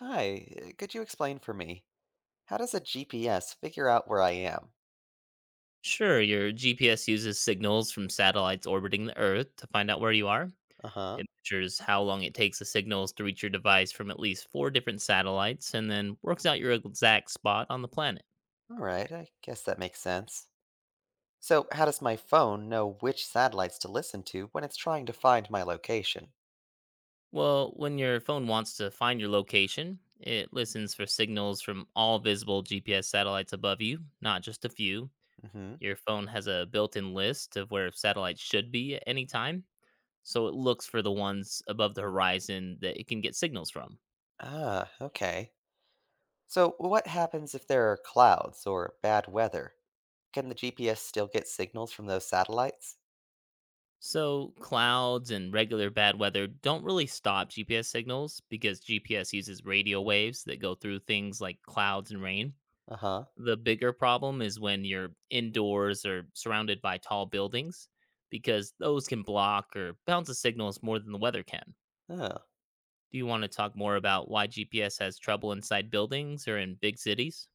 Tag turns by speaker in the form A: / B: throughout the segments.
A: Hi, could you explain for me? How does a GPS figure out where I am?
B: Sure, your GPS uses signals from satellites orbiting the Earth to find out where you are.
A: Uh huh.
B: It measures how long it takes the signals to reach your device from at least four different satellites, and then works out your exact spot on the planet.
A: All right, I guess that makes sense. So, how does my phone know which satellites to listen to when it's trying to find my location?
B: Well, when your phone wants to find your location, it listens for signals from all visible GPS satellites above you, not just a few.
A: Mm hmm.
B: Your phone has a built in list of where satellites should be at any time, so it looks for the ones above the horizon that it can get signals from.
A: Ah, okay. So, what happens if there are clouds or bad weather? Can the GPS still get signals from those satellites?
B: So, clouds and regular bad weather don't really stop GPS signals, because GPS uses radio waves that go through things like clouds and rain.
A: Uh
B: The bigger problem is when you're indoors or surrounded by tall buildings, because those can block or bounce the signals more than the weather can.
A: huh.
B: Do you want to talk more about why GPS has trouble inside buildings or in big cities?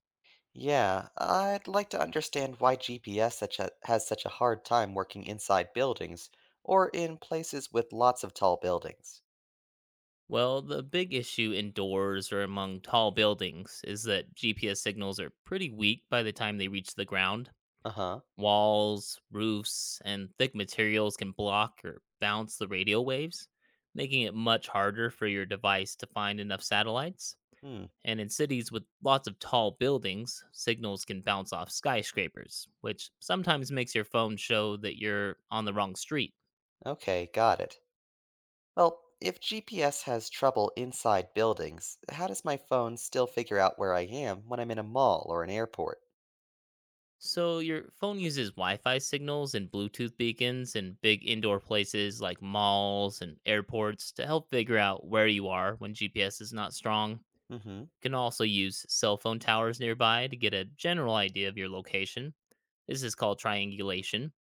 A: Yeah, I'd like to understand why GPS has such a hard time working inside buildings or in places with lots of tall buildings.
B: Well, the big issue indoors or among tall buildings is that GPS signals are pretty weak by the time they reach the ground.
A: Uh huh.
B: Walls, roofs, and thick materials can block or bounce the radio waves, making it much harder for your device to find enough satellites.
A: Hmm.
B: And in cities with lots of tall buildings, signals can bounce off skyscrapers, which sometimes makes your phone show that you're on the wrong street.
A: Okay, got it. Well, if GPS has trouble inside buildings, how does my phone still figure out where I am when I'm in a mall or an airport?
B: So, your phone uses Wi Fi signals and Bluetooth beacons in big indoor places like malls and airports to help figure out where you are when GPS is not strong.
A: Mm hmm.
B: Can also use cell phone towers nearby to get a general idea of your location. This is called triangulation.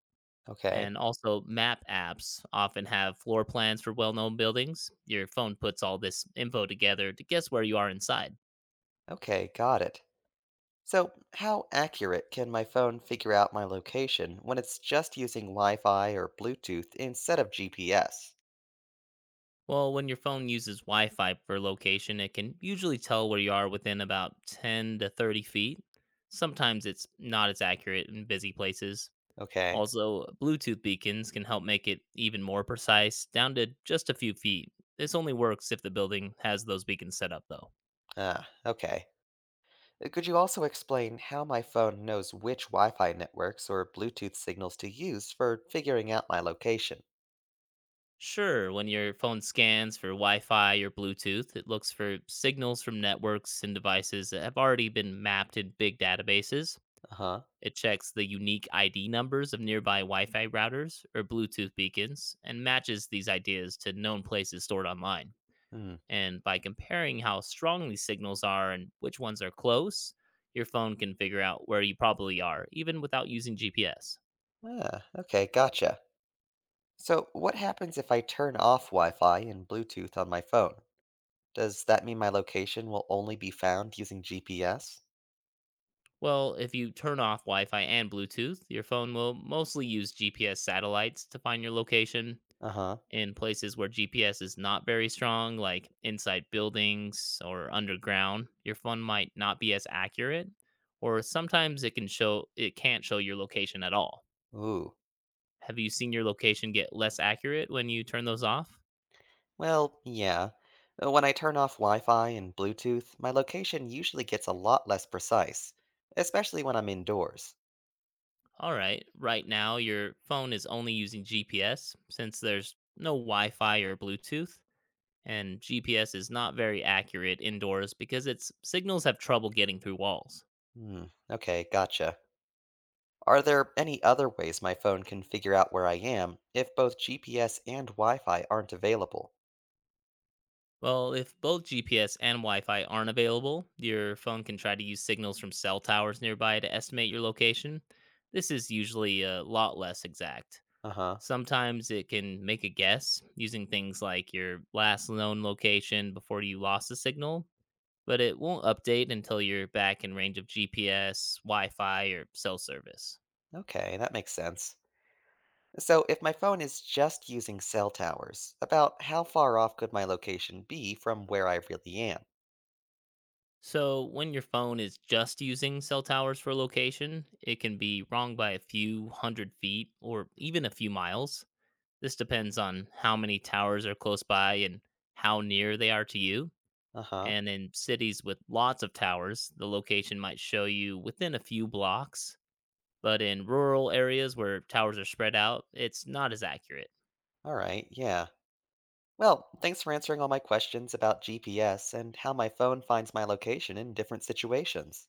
A: Okay.
B: And also, map apps often have floor plans for well known buildings. Your phone puts all this info together to guess where you are inside.
A: Okay, got it. So, how accurate can my phone figure out my location when it's just using Wi Fi or Bluetooth instead of GPS?
B: Well, when your phone uses Wi Fi for location, it can usually tell where you are within about 10 to 30 feet. Sometimes it's not as accurate in busy places.
A: Okay.
B: Also, Bluetooth beacons can help make it even more precise, down to just a few feet. This only works if the building has those beacons set up, though.
A: Ah, okay. Could you also explain how my phone knows which Wi Fi networks or Bluetooth signals to use for figuring out my location?
B: Sure, when your phone scans for Wi Fi or Bluetooth, it looks for signals from networks and devices that have already been mapped in big databases.
A: Uh huh.
B: It checks the unique ID numbers of nearby Wi Fi routers or Bluetooth beacons, and matches these ideas to known places stored online.
A: Hmm.
B: And by comparing how strong these signals are and which ones are close, your phone can figure out where you probably are, even without using GPS.
A: Ah, okay, gotcha. So, what happens if I turn off Wi Fi and Bluetooth on my phone? Does that mean my location will only be found using GPS?
B: Well, if you turn off Wi Fi and Bluetooth, your phone will mostly use GPS satellites to find your location.
A: Uh huh.
B: In places where GPS is not very strong, like inside buildings or underground, your phone might not be as accurate, or sometimes it can show, it can't show your location at all.
A: Ooh.
B: Have you seen your location get less accurate when you turn those off?
A: Well, yeah. When I turn off Wi Fi and Bluetooth, my location usually gets a lot less precise, especially when I'm indoors.
B: All right. Right now, your phone is only using GPS since there's no Wi Fi or Bluetooth, and GPS is not very accurate indoors because its signals have trouble getting through walls.
A: Hmm. Okay, gotcha. Are there any other ways my phone can figure out where I am if both GPS and Wi Fi aren't available?
B: Well, if both GPS and Wi Fi aren't available, your phone can try to use signals from cell towers nearby to estimate your location. This is usually a lot less exact.
A: Uh huh.
B: Sometimes it can make a guess using things like your last known location before you lost the signal, but it won't update until you're back in range of GPS, Wi Fi, or cell service.
A: Okay, that makes sense. So, if my phone is just using cell towers, about how far off could my location be from where I really am?
B: So, when your phone is just using cell towers for location, it can be wrong by a few hundred feet or even a few miles. This depends on how many towers are close by and how near they are to you.
A: Uh huh.
B: And in cities with lots of towers, the location might show you within a few blocks. But in rural areas where towers are spread out, it's not as accurate.
A: All right, yeah. Well, thanks for answering all my questions about GPS and how my phone finds my location in different situations.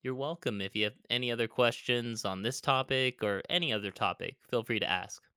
B: You're welcome. If you have any other questions on this topic or any other topic, feel free to ask.